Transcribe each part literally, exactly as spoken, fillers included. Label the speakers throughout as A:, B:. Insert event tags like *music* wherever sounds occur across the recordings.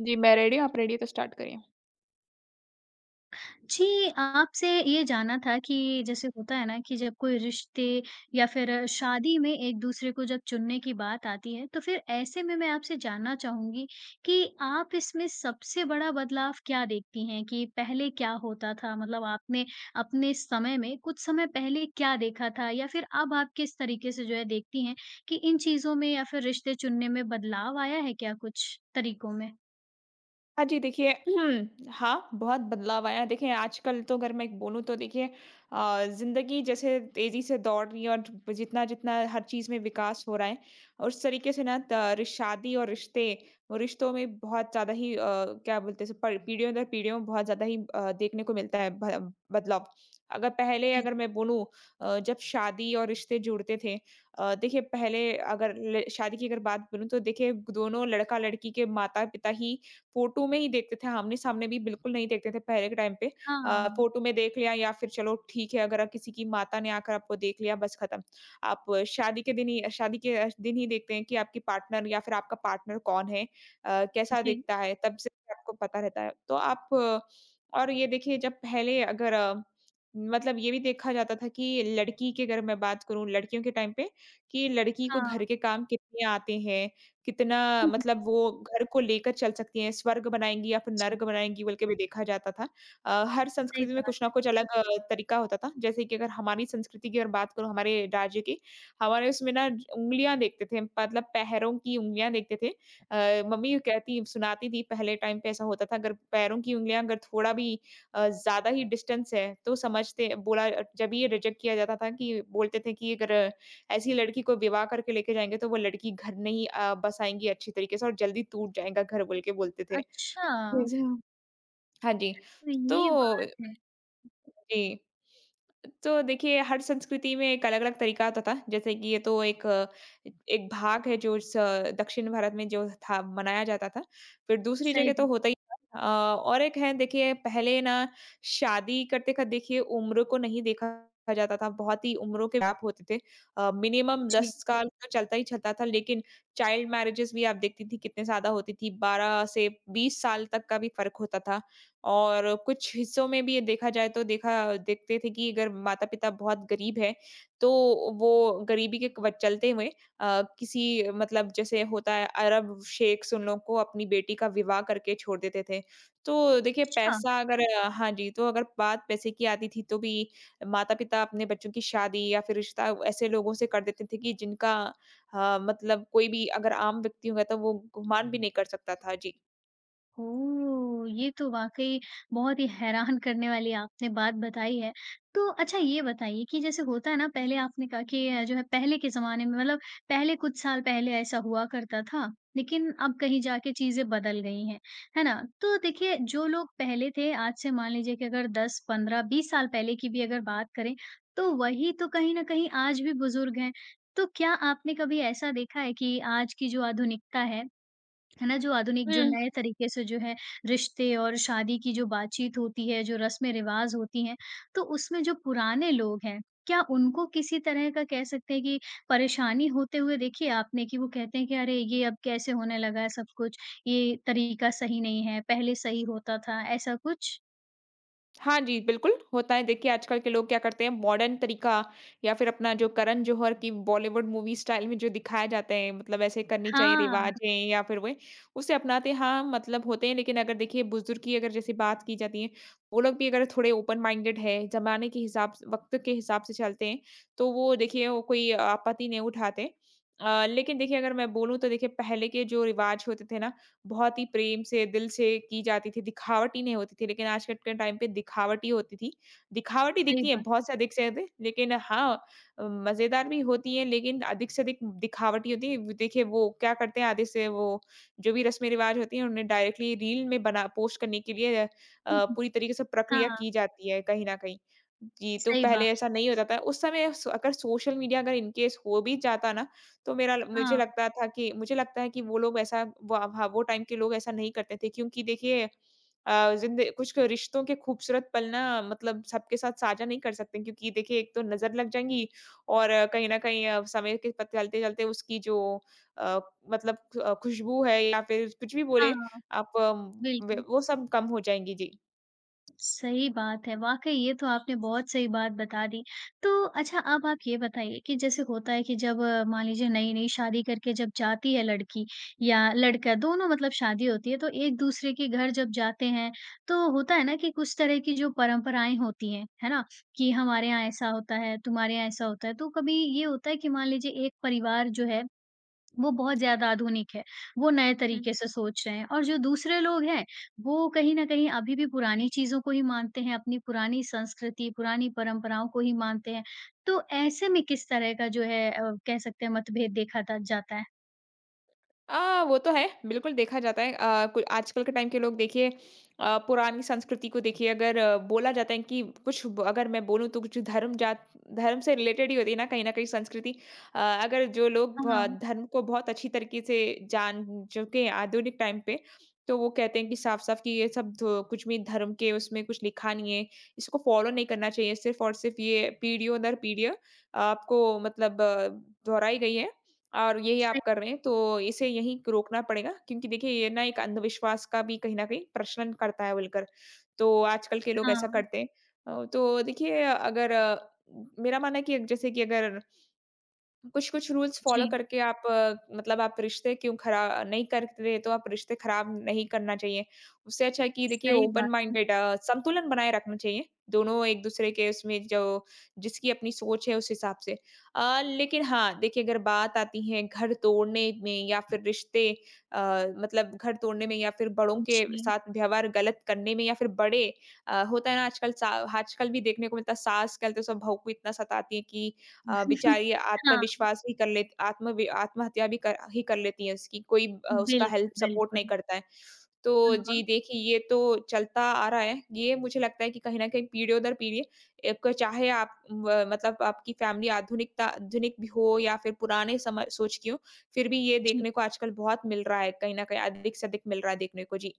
A: जी, मैं रेडी हूँ, आप रेडी हैं तो स्टार्ट करिए।
B: जी, आपसे ये जानना था कि जैसे होता है ना कि जब कोई रिश्ते या फिर शादी में एक-दूसरे को जब चुनने की बात आती है, तो फिर ऐसे में मैं आपसे जानना चाहूँगी कि आप इसमें सबसे बड़ा बदलाव क्या देखती हैं कि पहले क्या होता था? मतलब आपने अपने समय में कुछ समय पहले क्या देखा था? या फिर अब आप किस तरीके से जो है देखती हैं कि इन चीज़ों में या फिर रिश्ते चुनने में बदलाव आया है क्या कुछ तरीकों में?
A: हाँ जी, देखिए *clears throat* हम्म, हाँ, बहुत बदलाव आया है। देखिए, आजकल तो अगर मैं एक बोलूँ तो देखिए अ, ज़िंदगी जैसे तेज़ी से दौड़ रही है और जितना-जितना हर चीज़ में विकास हो रहा है, उस तरीके से ना त रिश- शादी और रिश्ते और रिश्तों में बहुत ज़्यादा ही अ, क्या बोलते हैं इसे प पीढ़ियों दर पीढ़ियों में बहुत ज़्यादा ही अ, देखने को मिलता है भ बदलाव। अगर पहले अगर मैं बोलूँ अ, जब शादी और रिश्ते जुड़ते थे। अ, देखिए पहले अगर ल शादी की अगर बात बोलूँ तो देखिए दोनों लड़का-लड़की के माता-पिता ही फ़ोटो में ही देखते थे, आमने-सामने भी बिल्कुल नहीं देखते थे पहले के टाइम पे। अ,
B: हाँ,
A: फ़ोटो में देख लिया या फिर चलो ठीक है अगर किसी की माता ने आकर आपको देख लिया बस खत्म। आप शादी के दिन ही शादी के अ, दिन ही देखते हैं कि आपकी पार्टनर या फिर आपका पार्टनर कौन है? अ, कैसा
B: जी।
A: दिखता है? तब से आपको पता रहता है। तो आप अ, और ये देखिए जब पहले अगर अ, मतलब ये भी देखा जाता था कि लड़की के अगर मैं बात करूँ लड़कियों के टाइम पे कि लड़की को
B: हाँ।
A: घर के काम कितने आते हैं? कितना
B: *laughs*
A: मतलब वो घर को लेकर चल सकती हैं, स्वर्ग बनाएँगी या फिर
B: जी।
A: नर्क बनाएँगी बोल के भी देखा जाता था। अ, हर
B: सही
A: संस्कृति में कुछ ना
B: बात।
A: कुछ अलग अ, तरीका होता था। जैसे कि अगर हमारी संस्कृति की अगर बात करूँ, हमारे राज्य की, हमारे उसमें ना उँगलियाँ देखते थे, मतलब पैरों की उँगलियाँ देखते थे। अ, मम्मी कहती सुनाती थी पहले टाइम पे ऐसा होता था, अगर पैरों की उँगलियाँ अगर थोड़ा भी अ, ज़्यादा ही डिस्टेंस है, तो समझते बोला जब ये रिजेक्ट किया जाता था कि बोलते थे कि अगर ऐसी लड़की को विवाह करके लेके जाएँगे तो वो लड़की घर नहीं अ, बस आएँगी अच्छी तरीके से और जल्दी टूट जाएगा घर बोल के बोलते थे।
B: अच्छा!
A: अच्छा। हाँ जी,
B: तो ये
A: तो
B: बात है।
A: जी। तो देखिए हर संस्कृति में एक अलग-अलग तरीका होता था। जैसे कि ये तो एक अ, एक भाग है जो स दक्षिण भारत में जो था मनाया जाता था। फिर दूसरी
B: सही
A: जगह तो
B: में।
A: होता ही था। अ, और एक है देखिए पहले ना शादी करते का देखिए उम्र को नहीं देखा जाता था। बहुत ही उम्रों के गैप होते थे। अ, मिनिमम दस
B: जी,
A: साल तो चलता ही चलता था लेकिन चाइल्ड मैरेजेज़ भी आप देखती थी कितने ज़्यादा होती थी। बारह से बीस साल तक का भी फ़र्क होता था। और कुछ हिस्सों में भी ये देखा जाए तो देखा देखते थे कि अगर माता-पिता बहुत गरीब हैं, तो वो गरीबी के क चलते हुए अ, किसी मतलब जैसे होता है अरब शेख्स उन लोग को अपनी बेटी का विवाह करके छोड़ देते थे। तो देखिए
B: अच्छा।
A: पैसा अगर अ, हाँ जी, तो अगर बात पैसे की आती थी तो भी माता-पिता अपने बच्चों की शादी या फिर रिश्ता ऐसे लोगों से कर देते थे कि जिनका अ, मतलब कोई भी अगर आम व्यक्ति होगा तो वो गुमान भी नहीं कर सकता था।
B: ओह! ये तो वाक़ई बहुत ही हैरान करने वाली आपने बात बताई है। तो अच्छा ये बताइए कि जैसे होता है ना पहले आपने कहा कि अ, जो है पहले के ज़माने में मतलब पहले कुछ साल पहले ऐसा हुआ करता था, लेकिन अब कहीं जाके चीज़ें बदल गई हैं, है ना? तो देखिए जो लोग पहले थे आज से मान लीजिए कि अगर दस, पंद्रह, बीस साल पहले की भी अगर बात करें, तो वही तो कहीं न कहीं आज भी बुज़ुर्ग हैं। तो क्या आपने कभी ऐसा देखा है कि आज की जो आधुनिकता है है ना? जो आधुनिक
A: जी।
B: जो नए तरीके से जो है रिश्ते और शादी की जो बातचीत होती है, जो रस्में-रिवाज़ होती हैं, तो उसमें जो पुराने लोग हैं, क्या उनको किसी तरह का कह सकते हैं कि परेशानी होते हुए देखी है आपने कि वो कहते हैं कि अरे! ये अब कैसे होने लगा है सब कुछ, ये तरीका सही नहीं है, पहले सही होता था, ऐसा कुछ?
A: हाँ जी, बिल्कुल, होता है। देखिए, आजकल के लोग क्या करते हैं, मॉडर्न तरीका या फिर अपना जो करण जौहर की बॉलीवुड मूवी स्टाइल में जो दिखाए जाते हैं, मतलब ऐसे करनी चाहिए
B: हाँ,
A: रिवाज़ें या फिर वे उसे अपनाते हाँ, मतलब होते हैं, लेकिन अगर देखिए बुज़ुर्ग की अगर जैसे बात की जाती है, वो लोग भी अगर थोड़े ओपन माइंडेड है, ज़माने के हिसाब स वक़्त के हिसाब से चलते हैं, तो वो देखिए वो कोई आपत्ति नहीं उठाते। अ, लेकिन देखिए अगर मैं बोलूँ तो देखिए पहले के जो रिवाज़ होते थे ना, बहुत ही प्रेम से, दिल से की जाती थी, दिखावटी नहीं होती थी, लेकिन आज कट के टाइम पे दिखावटी होती थी। दिखावटी
B: सही
A: दिखती है,
B: बात।
A: बहुत से
B: *laughs*
A: अधिक से अधिक, लेकिन हाँ अ, मज़ेदार भी होती है, लेकिन अधिक से अधिक दिखावटी होती है। देखिए, वो क्या करते हैं आधे से वो जो भी रस्में-रिवाज़ होती हैं, उन्हें डायरेक्टली रील में बना पोस्ट करने के लिए अ,
B: हुँ, हुँ।
A: पूरी तरीके से प्रक्रिया
B: हाँ,
A: की जाती है कहीं न कहीं। जी, तो
B: सही
A: पहले
B: बात।
A: ऐसा नहीं होता था। उस समय स अगर सोशल मीडिया अगर इन केस हो भी जाता ना, तो मेरा ल मुझे
B: हाँ,
A: लगता था कि मुझे लगता है कि वो लोग ऐसा वो हाँ, वो टाइम के लोग ऐसा नहीं करते थे क्योंकि देखिए अ, ज़िंद कुछ क- रिश्तों के खूबसूरत पल ना मतलब सबके साथ साझा नहीं कर सकते क्योंकि देखिए एक तो नज़र लग जाएँगी और अ, कहीं न कहीं अ, समय के पत चलते-चलते उसकी जो अ, मतलब अ, खुशबू है या फिर कुछ भी बोले
B: हाँ,
A: आप व
B: बिल्कुल।
A: वो सब कम हो जाएँगी। जी।
B: सही बात है, वाक़ई ये तो आपने बहुत सही बात बता दी। तो अच्छा अब आप ये बताइए कि जैसे होता है कि जब अ, मान लीजिए नई-नई शादी करके जब जाती है लड़की या लड़का दोनों मतलब शादी होती है तो एक-दूसरे के घर जब जाते हैं, तो होता है ना कि कुछ तरह की जो परंपराएँ होती हैं, है ना? कि हमारे यहाँ ऐसा होता है, तुम्हारे यहाँ ऐसा होता है। तो कभी ये होता है कि मान लीजिए एक परिवार जो है वो बहुत ज़्यादा आधुनिक है, वो नए तरीके से सोच रहे हैं और जो दूसरे लोग हैं, वो कहीं न कहीं अभी भी पुरानी चीज़ों को ही मानते हैं, अपनी पुरानी संस्कृति, पुरानी परंपराओं को ही मानते हैं। तो ऐसे में किस तरह का जो है अ, कह सकते हैं मतभेद देखा ता जाता है?
A: अ, वो तो है, बिल्कुल देखा जाता है। अ, कु आजकल के टाइम के लोग देखिए अ, पुरानी संस्कृति को देखिए अगर आ, बोला जाता है कि कुछ ब अगर मैं बोलूँ तो कुछ धर्म जात धर्म से रिलेटेड ही होती है ना कहीं न कहीं संस्कृति। अ, अगर जो लोग
B: हाँ,
A: भ धर्म को बहुत अच्छी तरीके से जान चुके हैं आधुनिक टाइम पे, तो वो कहते हैं कि साफ-साफ कि ये सब धो कुछ भी धर्म के उसमें कुछ लिखा नहीं है, इसको फ़ॉलो नहीं करना चाहिए। सिर्फ़ और सिर्फ़ ये पीढ़ियों दर पीढ़ियाँ आपको मतलब आ, दोहराई गई है। और यही
B: सही
A: आप कर रहे हैं, तो इसे यहीं रोकना पड़ेगा क्योंकि देखिए ये ना एक अंधविश्वास का भी कहीं न कहीं प्रचलन करता है बोलकर। तो आजकल के लोग ऐसा
B: हाँ,
A: करते हैं। अ, तो देखिए अगर अ, मेरा मानना है कि जैसे कि अगर कुछ-कुछ रूल्स फ़ॉलो
B: जी,
A: करके आप अ, मतलब आप रिश्ते क्यों खरा नहीं कर रहे, तो आप रिश्ते खराब नहीं करना चाहिए। उससे अच्छा है कि देखिए
B: सही
A: ओपन
B: बात है।
A: माइंडेड अ, संतुलन बनाए रखना चाहिए, दोनों एक-दूसरे के उसमें जो जिसकी अपनी सोच है उस हिसाब से। अ, लेकिन हाँ, देखिए अगर बात आती है घर तोड़ने में या फिर रिश्ते अ, मतलब घर तोड़ने में या फिर बड़ों के
B: जी।
A: साथ व्यवहार गलत करने में या फिर बड़े अ, होता है ना आजकल सा आजकल भी देखने को मिलता है सास कहते हैं, सब बहू को इतना सताती है कि अ,
B: *laughs*
A: बेचारी
B: हाँ,
A: आत्मविश्वास भी कर लेत आत्मवि आत्महत्या भी कर ही कर लेती हैं उसकी कोई अ, उसका
B: बिल्कुल,
A: हेल्प सपोर्ट नहीं
B: बिल्कुल।
A: करता है। तो
B: हाँ,
A: जी देखिए ये तो चलता आ रहा है। ये मुझे लगता है कि कहीं न कहीं पीढ़ियों दर पीढ़ी एक चाहे आप व मतलब आपकी फैमिली आधुनिकता आधुनिक भी हो या फिर पुराने समय सोच की हो, फिर भी ये
B: जी।
A: देखने को आजकल बहुत मिल रहा है, कहीं न कहीं अधिक से अधिक मिल रहा है देखने को। जी।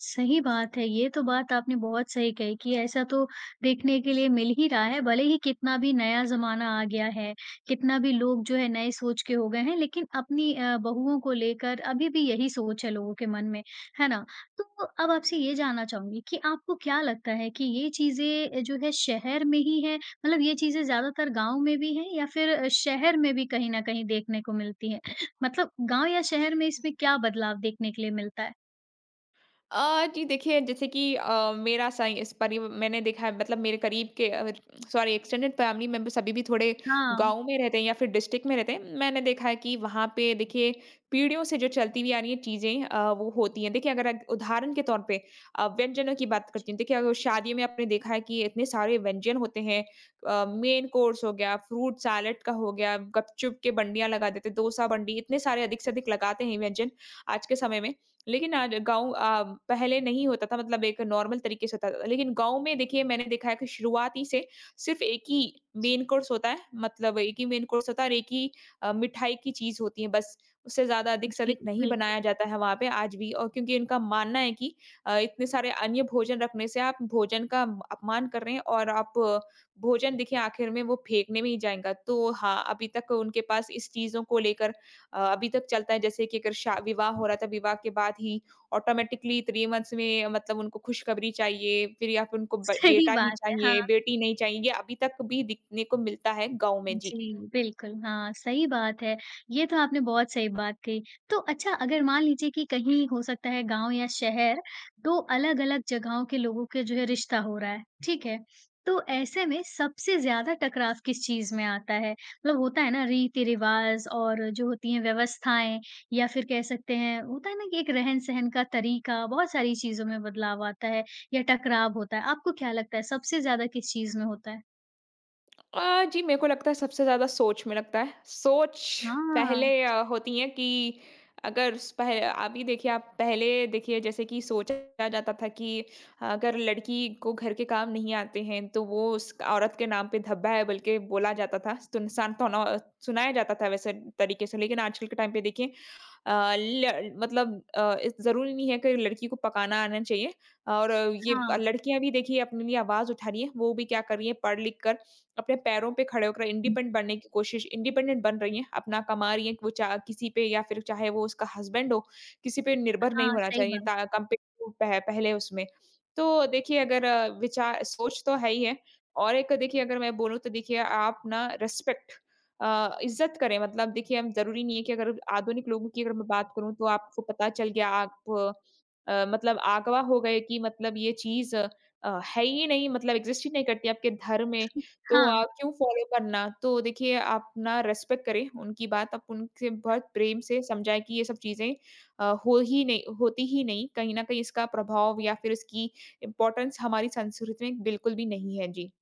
B: सही बात है। ये तो बात आपने बहुत सही कही कि ऐसा तो देखने के लिए मिल ही रहा है, भले ही कितना भी नया ज़माना आ गया है, कितना भी लोग जो है नए सोच के हो गए हैं, लेकिन अपनी अ, बहुओं को लेकर अभी भी यही सोच है लोगों के मन में, है ना? तो अब आपसे ये जानना चाहूँगी कि आपको क्या लगता है कि ये चीज़ें जो है शहर में ही है? मतलब ये चीज़ें ज़्यादातर गाँव में भी हैं या फिर शहर में भी कहीं न कहीं देखने को मिलती हैं? मतलब गाँव या शहर में इसमें क्या बदलाव देखने के लिए मिलता है?
A: अ, जी देखिए जैसे कि अ, मेरा सही इस परि मैंने देखा है मतलब मेरे करीब के uh, sorry extended family members अभी भी थोड़े
B: हाँ।
A: गाँव में रहते हैं या फिर डिस्ट्रिक्ट में रहते हैं। मैंने देखा है कि वहाँ पे देखिए पीढ़ियों से जो चलती हुई आ रही है चीज़ें अ, वो होती हैं। देखिए अगर अग उदाहरण के तौर पे अ, व्यंजनों की बात करती हूँ। देखिए अगर शादी में आपने देखा है कि इतने सारे व्यंजन होते हैं। अ, मेन कोर्स हो गया, फ्रूट सैलेड का हो गया, गपचुप के बंडियाँ लगा देते हैं, डोसा बंडी इतने सारे अधिक से अधिक लगाते हैं व्यंजन आज के समय में। लेकिन आज गाँव अ, पहले नहीं होता था मतलब एक नॉर्मल तरीके से होता था। लेकिन गाँव में देखिए मैंने देखा है कि शुरुआती से सिर्फ़ एक ही मेन कोर्स होता है, मतलब एक ही मेन कोर्स होता है और एक ही अ, मिठाई की चीज़ होती है बस। उससे ज़्यादा अधिक से
B: जी,
A: अधिक नहीं बनाया
B: बिल्कुल,
A: जाता है वहाँ पे आज भी और क्योंकि इनका मानना है कि अ, इतने सारे अन्य भोजन रखने से आप भोजन का म- अपमान कर रहे हैं और आप अ, भोजन देखिए आखिर में वो फेंकने में ही जाएगा। तो हाँ, अभी तक उनके पास इस चीज़ों को लेकर अ, अभी तक चलता है जैसे कि अगर शा विवाह हो रहा था, विवाह के बाद ही ऑटोमेटिकली थ्री मंथ्स में मतलब उनको खुशखबरी चाहिए, फिर या फिर उनको
B: *laughs*
A: ब
B: सही
A: बेटा ही
B: बात है, हाँ,
A: चाहिए, बेटी नहीं चाहिए, ये अभी तक भी दिखने को मिलता है गाँव में। जी।
B: जी, बिल्कुल, हाँ, सही बात है। ये तो आपने बहुत सही बात कही। तो अच्छा अगर मान लीजिए कि कहीं हो सकता है गाँव या शहर, दो अलग-अलग जगहों के लोगों के जो है रिश्ता हो रहा है, ठीक है? तो ऐसे में सबसे ज़्यादा टकराव किस चीज़ में आता है? मतलब होता है ना रीति-रिवाज़ और जो होती हैं व्यवस्थाएँ या फिर कह सकते हैं होता है ना कि एक रहन-सहन का तरीका, बहुत सारी चीज़ों में बदलाव आता है या टकराव होता है। आपको क्या लगता है सबसे ज़्यादा किस चीज़ में होता है?
A: अ, जी, मेरे को लगता है सबसे ज़्यादा सोच में लगता है। सोच पहले
B: हाँ,
A: अ, होती है कि अगर स पह अभी देखिए आप पहले देखिए जैसे कि सोचा जाता था कि आ, अगर लड़की को घर के काम नहीं आते हैं तो वो उस औरत के नाम पे धब्बा है बल्कि बोला जाता था। सुन सान तोना सुनाया जाता था वैसे तरीके से। लेकिन आजकल के टाइम पे देखिए अ, ल मतलब अ, इस ज़रूरी नहीं है कि लड़की को पकाना आना चाहिए और ये
B: हाँ।
A: लड़कियाँ भी देखिए अपने लिए आवाज़ उठा रही हैं। वो भी क्या कर रही हैं पढ़-लिख कर अपने पैरों पे खड़े होकर इंडिपेंडेंट बनने की कोशिश इंडिपेंडेंट बन रही हैं, अपना कमा रही हैं, वो चा किसी पे या फिर चाहे वो उसका हस्बैंड हो, किसी पे निर्भर नहीं
B: हाँ,
A: होना
B: सही
A: चाहिए
B: बात।
A: ता कंपेयर टू पह पहले उसमें। तो देखिए अगर अ, विचार सोच तो है ही है। और एक देखिए अगर मैं बोलूँ तो देखिए आप ना रिस्पेक्ट अ, इज़्ज़त करें। मतलब देखिए हम ज़रूरी नहीं है कि अगर आधुनिक लोगों की अगर मैं बात करूँ तो आपको पता चल गया आप अ, मतलब अगवा हो गए कि मतलब ये चीज़ अ, है ही नहीं, मतलब एग्ज़िस्ट ही नहीं करती आपके धर्म में। तो
B: हाँ,
A: अ, क्यों फ़ॉलो करना? तो देखिए आप ना रिस्पेक्ट करें उनकी बात, आप उनसे बहुत प्रेम से समझाएँ कि ये सब चीज़ें अ, हो ही नहीं होती ही नहीं, कहीं न कहीं इसका प्रभाव या फिर इसकी इम्पोर्टेंस हमारी संस्कृति में बिल्कुल भी नहीं है। जी।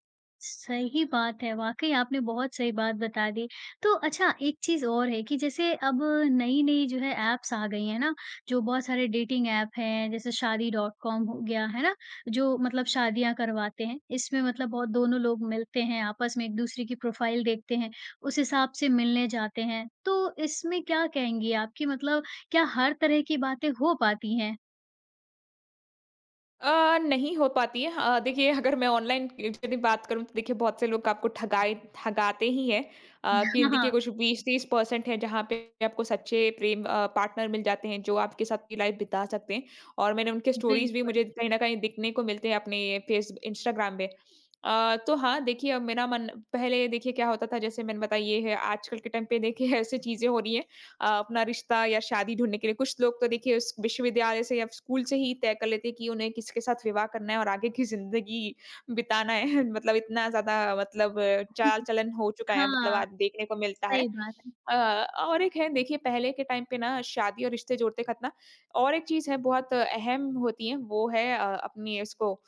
B: सही बात है, वाक़ई आपने बहुत सही बात बता दी। तो अच्छा एक चीज़ और है कि जैसे अब नई-नई जो है ऐप्स आ गई हैं ना, जो बहुत सारे डेटिंग ऐप हैं, जैसे शादी डॉट कॉम हो गया, है ना? जो मतलब शादियाँ करवाते हैं, इसमें मतलब बहुत दोनों लोग मिलते हैं, आपस में एक-दूसरे की प्रोफ़ाइल देखते हैं, उस हिसाब से मिलने जाते हैं। तो इसमें क्या कहेंगी आप कि मतलब क्या हर तरह की बातें हो पाती हैं?
A: अ, नहीं हो पाती है। अ, देखिए अगर मैं ऑनलाइन यदि बात करूँ तो देखिए बहुत से लोग आपको ठगाए ठगाते ही हैं। अ, कि
B: *laughs*
A: देखिए
B: हाँ,
A: कुछ 20-30 परसेंट है जहाँ पे आपको सच्चे प्रेम अ, पार्टनर मिल जाते हैं जो आपके साथ की लाइफ बिता सकते हैं। और मैंने उनके स्टोरीज़ भी
B: बिल्कुल।
A: मुझे कहीं न कहीं दिखने को मिलते हैं अपने फेस इंस्टाग्राम पे। अ, तो हाँ, देखिए अब मेरा मन पहले देखिए क्या होता था जैसे मैंने बताया ये है। आजकल के टाइम पे देखिए *laughs* ऐसी चीज़ें हो रही है अ, अपना रिश्ता या शादी ढूँढने के लिए। कुछ लोग तो देखिए उस विश्वविद्यालय से या स्कूल से ही तय कर लेते हैं कि उन्हें किसके साथ विवाह करना है और आगे की ज़िंदगी बिताना है। *laughs* मतलब इतना ज़्यादा मतलब चाल-चलन हो चुका है, मतलब
B: हाँ,
A: आज देखने को मिलता है।
B: सही बात है।
A: अ, और एक है देखिए, पहले के टाइम पे ना शादी और रिश्ते जोड़ते-खतना और एक चीज़ है बहुत अहम होती है वो है अ, अपनी इसको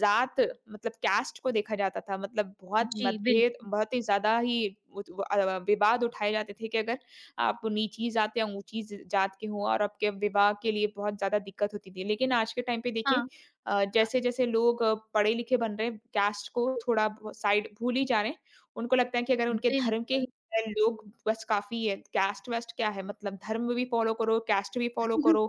A: ज़ात मतलब कास्ट को देखा जाता था। मतलब बहुत
B: जी,
A: मतभेद
B: बिल्कुल।
A: बहुत ही ज़्यादा ही उत व अ, विवाद उठाए जाते थे कि अगर आप नीची जात या ऊँची ज जात के हों और आपके विवाह के लिए बहुत ज़्यादा दिक्कत होती थी। लेकिन आज के टाइम पे देखिए
B: हाँ,
A: अ, जैसे-जैसे लोग पढ़े-लिखे बन रहे हैं, कास्ट को थोड़ा ब साइड भूल ही जा रहे हैं। उनको लगता है कि अगर उनके धर्म के
B: बिल्कुल।
A: ही है लोग बस काफ़ी है, कास्ट-वास्ट क्या है, मतलब धर्म भी फ़ॉलो करो, कास्ट भी फ़ॉलो
B: *laughs*
A: करो।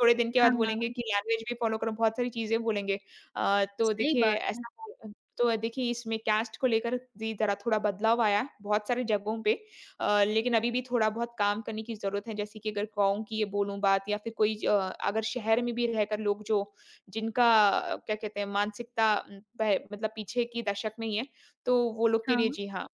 A: थोड़े दिन के बाद
B: हाँ,
A: बोलेंगे कि लैंग्वेज भी फ़ॉलो करो, बहुत सारी चीज़ें बोलेंगे। अ, तो
B: सही
A: देखिए
B: बात है।
A: ऐसा हो- तो देखिए इसमें कास्ट को लेकर जी ज़रा थोड़ा बदलाव आया है बहुत सारी जगहों पे। अ, लेकिन अभी भी थोड़ा-बहुत काम करने की ज़रूरत है, जैसे कि अगर गाँव की ये बोलूँ बात या फिर कोई ज अ, अगर शहर में भी रहकर लोग जो जिनका अ, क्या कहते हैं, मानसिकता उम, पह मतलब पीछे की दशक में ही है, तो वो लोग के लिए
B: हाँ।
A: जी हाँ।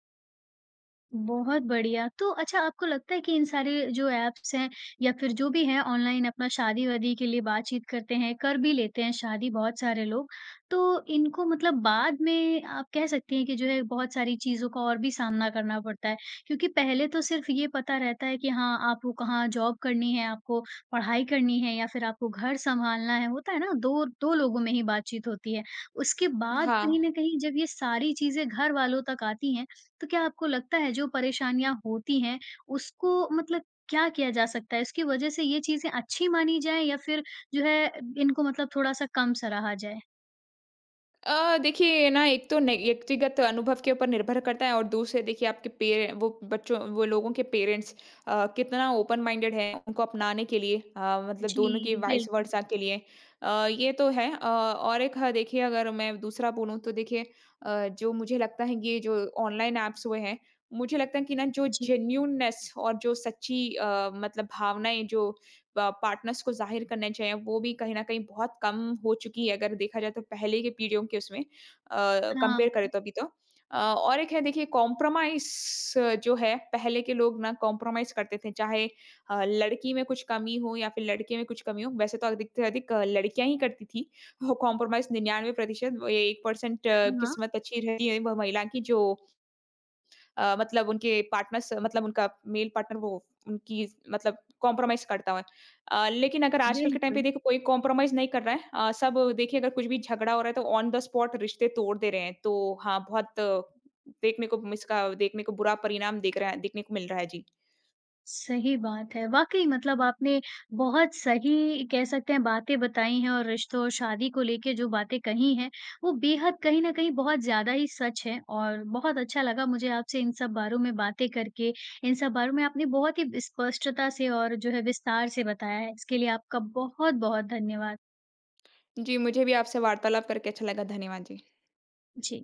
B: बहुत बढ़िया। तो अच्छा आपको लगता है कि इन सारे जो ऐप्स हैं या फिर जो भी हैं ऑनलाइन अपना शादी-वादी के लिए बातचीत करते हैं, कर भी लेते हैं शादी बहुत सारे लोग। तो इनको मतलब बाद में आप कह सकती हैं कि जो है बहुत सारी चीज़ों का और भी सामना करना पड़ता है। क्योंकि पहले तो सिर्फ़ ये पता रहता है कि हाँ, आपको कहाँ जॉब करनी है, आपको पढ़ाई करनी है या फिर आपको घर सँभालना है, होता है ना? दो दो लोगों में ही बातचीत होती है। उसके बाद
A: हाँ।
B: कहीं न कहीं जब ये सारी चीज़ें घर वालों तक आती हैं तो क्या आपको लगता है जो परेशानियाँ होती हैं, उसको मतलब क्या किया जा सकता है? इसकी वजह से ये चीज़ें अच्छी मानी जाएँ या फिर जो है इनको मतलब थोड़ा-सा कम सराहा जाए?
A: अ, देखिए ना एक तो ने व्यक्तिगत अनुभव के ऊपर निर्भर करता है, और दूसरे देखिए आपके पेरें वो बच्चों वो लोगों के पेरेंट्स अ, कितना ओपन माइंडेड है उनको अपनाने के लिए। अ, मतलब दोनों की
B: जी,
A: वाइस
B: बिल्कुल।
A: वर्सा के लिए अ, ये तो है। अ, और एक है देखिए, अगर मैं दूसरा बोलूँ तो देखिए अ, जो मुझे लगता है कि ये जो ऑनलाइन ऐप्स हुए हैं, मुझे लगता है कि ना जो
B: जी।
A: जेन्युइननेस और जो सच्ची अ, मतलब भावनाएँ जो प पार्टनर्स को ज़ाहिर करने चाहिए, वो भी कहीं न कहीं बहुत कम हो चुकी है, अगर देखा जाए तो पहले की पीढ़ियों के उसमें अ, कंपेयर
B: हाँ,
A: करें तो अभी तो। अ, और एक है देखिए कॉम्प्रोमाइज़ जो है, पहले के लोग ना कॉम्प्रोमाइज़ करते थे, चाहे अ, लड़की में कुछ कमी हो या फिर लड़के में कुछ कमी हो। वैसे तो अधिक से अधिक लड़कियाँ ही करती थी वो कॉम्प्रोमाइज़। निन्यानवे परसेंट एक परसेंट
B: हाँ, हाँ।
A: किस्मत अच्छी रहती है, वह महिला की जो अ, मतलब उनके पार्टनर्स मतलब उनका मेल पार्टनर वो उनकी मतलब कॉम्प्रोमाइज़ करता हुआ है। अ, लेकिन अगर आजकल के टाइम पे
B: बिल्कुल।
A: देखो कोई कॉम्प्रोमाइज़ नहीं कर रहा है। अ, सब देखिए अगर कुछ भी झगड़ा हो रहा है तो ऑन द स्पॉट रिश्ते तोड़ दे रहे हैं। तो हाँ, बहुत अ, देखने को इसका देखने को बुरा परिणाम दिख रहा है, देखने को मिल रहा है। जी।
B: सही बात है। वाक़ई मतलब आपने बहुत सही कह सकते हैं बातें बताई हैं और रिश्तों और शादी को लेके जो बातें कही हैं, वो बेहद कहीं न कहीं बहुत ज़्यादा ही सच हैं और बहुत अच्छा लगा मुझे आपसे इन सब बारों में बातें करके। इन सब बारों में आपने बहुत ही स्पष्टता से और जो है विस्तार से बताया है। इसके लिए आपका बहुत-बहुत धन्यवाद।
A: जी, मुझे भी आपसे वार्तालाप करके अच्छा लगा। धन्यवाद जी।
B: जी।